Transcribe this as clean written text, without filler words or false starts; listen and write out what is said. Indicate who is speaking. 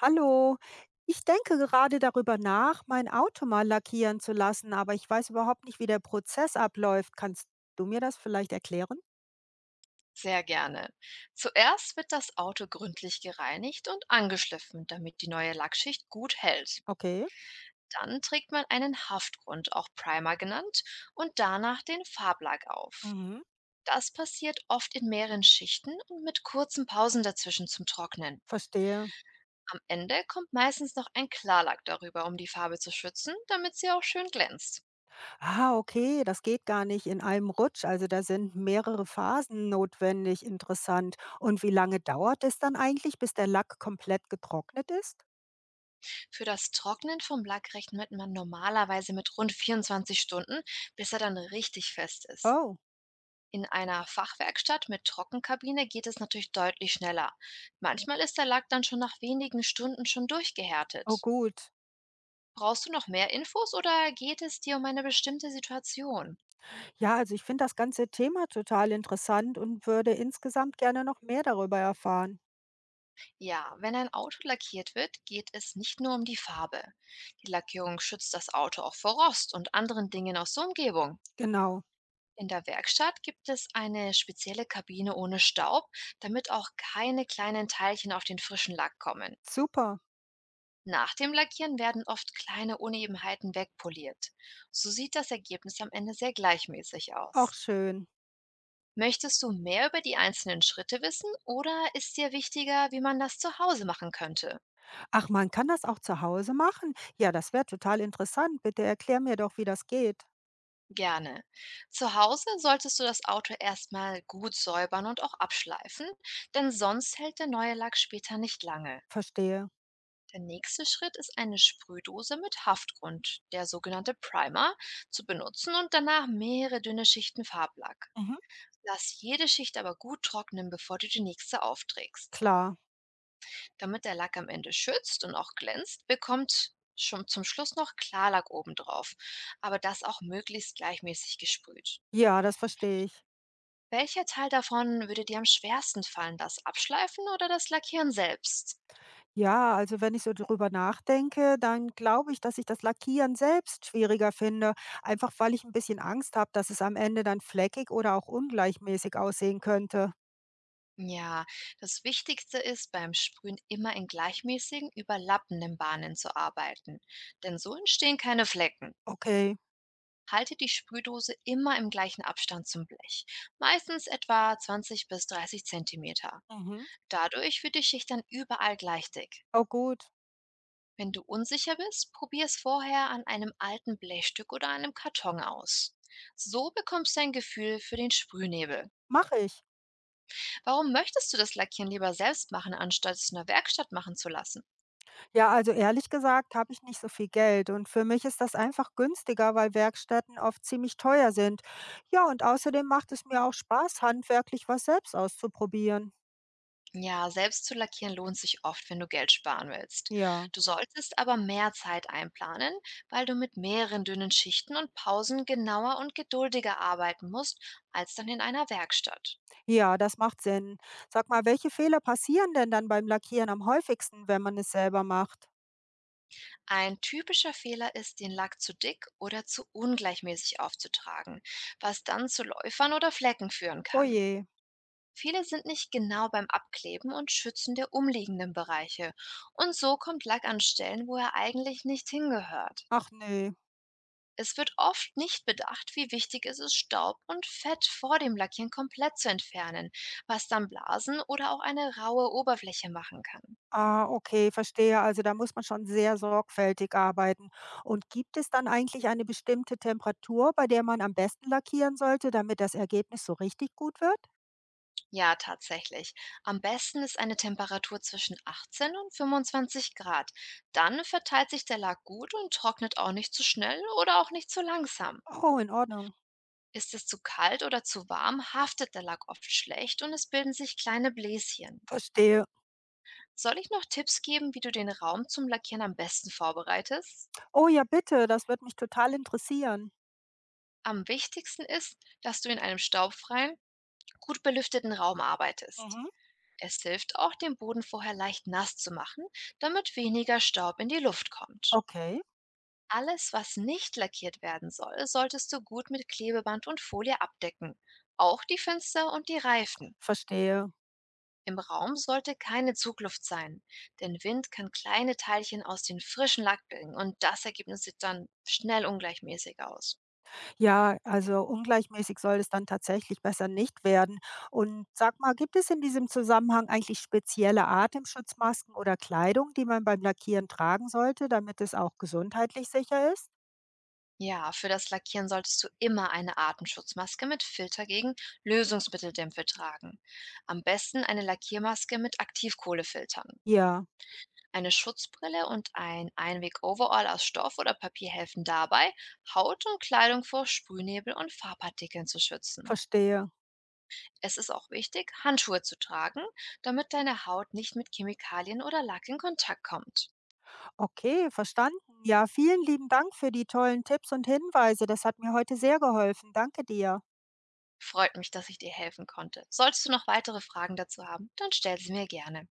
Speaker 1: Hallo, ich denke gerade darüber nach, mein Auto mal lackieren zu lassen, aber ich weiß überhaupt nicht, wie der Prozess abläuft. Kannst du mir das vielleicht erklären?
Speaker 2: Sehr gerne. Zuerst wird das Auto gründlich gereinigt und angeschliffen, damit die neue Lackschicht gut hält.
Speaker 1: Okay.
Speaker 2: Dann trägt man einen Haftgrund, auch Primer genannt, und danach den Farblack auf.
Speaker 1: Mhm.
Speaker 2: Das passiert oft in mehreren Schichten und mit kurzen Pausen dazwischen zum Trocknen.
Speaker 1: Verstehe.
Speaker 2: Am Ende kommt meistens noch ein Klarlack darüber, um die Farbe zu schützen, damit sie auch schön glänzt.
Speaker 1: Ah, okay, das geht gar nicht in einem Rutsch. Also da sind mehrere Phasen notwendig. Interessant. Und wie lange dauert es dann eigentlich, bis der Lack komplett getrocknet ist?
Speaker 2: Für das Trocknen vom Lack rechnet man normalerweise mit rund 24 Stunden, bis er dann richtig fest ist.
Speaker 1: Oh.
Speaker 2: In einer Fachwerkstatt mit Trockenkabine geht es natürlich deutlich schneller. Manchmal ist der Lack dann schon nach wenigen Stunden schon
Speaker 1: Oh
Speaker 2: durchgehärtet.
Speaker 1: gut.
Speaker 2: Brauchst du noch mehr Infos oder geht es dir um eine bestimmte Situation?
Speaker 1: Ja, also ich finde das ganze Thema total interessant und würde insgesamt gerne noch mehr darüber erfahren.
Speaker 2: Ja, wenn ein Auto lackiert wird, geht es nicht nur um die Farbe. Die Lackierung schützt das Auto auch vor Rost und anderen Dingen aus der Umgebung.
Speaker 1: Genau.
Speaker 2: In der Werkstatt gibt es eine spezielle Kabine ohne Staub, damit auch keine kleinen Teilchen auf den frischen Lack kommen.
Speaker 1: Super,
Speaker 2: Nach dem Lackieren werden oft kleine Unebenheiten wegpoliert. So sieht das Ergebnis am Ende sehr gleichmäßig
Speaker 1: auch
Speaker 2: aus.
Speaker 1: schön.
Speaker 2: Möchtest du mehr über die einzelnen Schritte wissen oder ist dir wichtiger, wie man das zu Hause machen könnte?
Speaker 1: Ach, man kann das auch zu Hause machen? Ja, das wäre total interessant. Bitte erklär mir doch, wie das geht.
Speaker 2: Gerne. Zu Hause solltest du das Auto erstmal gut säubern und auch abschleifen, denn sonst hält der neue Lack später nicht lange.
Speaker 1: Verstehe.
Speaker 2: Der nächste Schritt ist eine Sprühdose mit Haftgrund, der sogenannte Primer, zu benutzen und danach mehrere dünne Schichten Farblack.
Speaker 1: Mhm.
Speaker 2: Lass jede Schicht aber gut trocknen, bevor du die nächste aufträgst.
Speaker 1: Klar.
Speaker 2: Damit der Lack am Ende schützt und auch glänzt, bekommt schon zum Schluss noch Klarlack obendrauf, aber das auch möglichst gleichmäßig gesprüht.
Speaker 1: Ja, das verstehe ich.
Speaker 2: Welcher Teil davon würde dir am schwersten fallen, das Abschleifen oder das Lackieren selbst?
Speaker 1: Ja, also wenn ich so drüber nachdenke, dann glaube ich, dass ich das Lackieren selbst schwieriger finde, einfach weil ich ein bisschen Angst habe, dass es am Ende dann fleckig oder auch ungleichmäßig aussehen könnte.
Speaker 2: Ja, das Wichtigste ist beim Sprühen immer in gleichmäßigen, überlappenden Bahnen zu arbeiten, denn so entstehen keine Flecken.
Speaker 1: Okay.
Speaker 2: Halte die Sprühdose immer im gleichen Abstand zum Blech, meistens etwa 20 bis 30 Zentimeter.
Speaker 1: Mhm.
Speaker 2: Dadurch wird die Schicht dann überall gleich dick.
Speaker 1: Oh gut,
Speaker 2: Wenn du unsicher bist, probier es vorher an einem alten Blechstück oder einem Karton aus. So bekommst du ein Gefühl für den Sprühnebel.
Speaker 1: mache ich.
Speaker 2: Warum möchtest du das Lackieren lieber selbst machen, anstatt es in der Werkstatt machen zu lassen?
Speaker 1: Ja, also ehrlich gesagt habe ich nicht so viel Geld und für mich ist das einfach günstiger, weil Werkstätten oft ziemlich teuer sind. Ja, und außerdem macht es mir auch Spaß, handwerklich was selbst auszuprobieren.
Speaker 2: Ja, selbst zu lackieren lohnt sich oft, wenn du Geld sparen willst.
Speaker 1: Ja,
Speaker 2: Du solltest aber mehr Zeit einplanen, weil du mit mehreren dünnen Schichten und Pausen genauer und geduldiger arbeiten musst als dann in einer Werkstatt.
Speaker 1: ja, das macht Sinn. Sag mal, welche Fehler passieren denn dann beim Lackieren am häufigsten, wenn man es selber macht?
Speaker 2: Ein typischer Fehler ist, den Lack zu dick oder zu ungleichmäßig aufzutragen, was dann zu Läufern oder Flecken führen kann.
Speaker 1: Oje,
Speaker 2: Viele sind nicht genau beim Abkleben und Schützen der umliegenden Bereiche. Und so kommt Lack an Stellen, wo er eigentlich nicht hingehört.
Speaker 1: ach nee.
Speaker 2: Es wird oft nicht bedacht, wie wichtig es ist, Staub und Fett vor dem Lackieren komplett zu entfernen, was dann Blasen oder auch eine raue Oberfläche machen kann.
Speaker 1: Ah, okay, verstehe. Also da muss man schon sehr sorgfältig arbeiten. Und gibt es dann eigentlich eine bestimmte Temperatur, bei der man am besten lackieren sollte, damit das Ergebnis so richtig gut wird?
Speaker 2: Ja, tatsächlich. Am besten ist eine Temperatur zwischen 18 und 25 Grad. Dann verteilt sich der Lack gut und trocknet auch nicht zu schnell oder auch nicht zu langsam.
Speaker 1: Oh, in Ordnung.
Speaker 2: Ist es zu kalt oder zu warm, haftet der Lack oft schlecht und es bilden sich kleine Bläschen.
Speaker 1: Verstehe.
Speaker 2: Soll ich noch Tipps geben, wie du den Raum zum Lackieren am besten vorbereitest?
Speaker 1: Oh ja, bitte, das wird mich total interessieren.
Speaker 2: Am wichtigsten ist, dass du in einem staubfreien, gut belüfteten Raum arbeitest.
Speaker 1: Mhm.
Speaker 2: Es hilft auch, den Boden vorher leicht nass zu machen, damit weniger Staub in die Luft kommt.
Speaker 1: Okay,
Speaker 2: Alles, was nicht lackiert werden soll, solltest du gut mit Klebeband und Folie abdecken, auch die Fenster und die Reifen.
Speaker 1: verstehe.
Speaker 2: Im Raum sollte keine Zugluft sein, denn Wind kann kleine Teilchen aus dem frischen Lack bringen und das Ergebnis sieht dann schnell ungleichmäßig aus.
Speaker 1: Ja, also ungleichmäßig soll es dann tatsächlich besser nicht werden. Und sag mal, gibt es in diesem Zusammenhang eigentlich spezielle Atemschutzmasken oder Kleidung, die man beim Lackieren tragen sollte, damit es auch gesundheitlich sicher ist?
Speaker 2: Ja, für das Lackieren solltest du immer eine Atemschutzmaske mit Filter gegen Lösungsmitteldämpfe tragen. Am besten eine Lackiermaske mit Aktivkohlefiltern.
Speaker 1: Ja,
Speaker 2: Eine Schutzbrille und ein Einweg-Overall aus Stoff oder Papier helfen dabei, Haut und Kleidung vor Sprühnebel und Farbpartikeln zu schützen.
Speaker 1: verstehe.
Speaker 2: Es ist auch wichtig, Handschuhe zu tragen, damit deine Haut nicht mit Chemikalien oder Lack in Kontakt kommt.
Speaker 1: Okay, verstanden. Ja, vielen lieben Dank für die tollen Tipps und Hinweise. Das hat mir heute sehr geholfen. Danke dir.
Speaker 2: Freut mich, dass ich dir helfen konnte. Solltest du noch weitere Fragen dazu haben, dann stell sie mir gerne.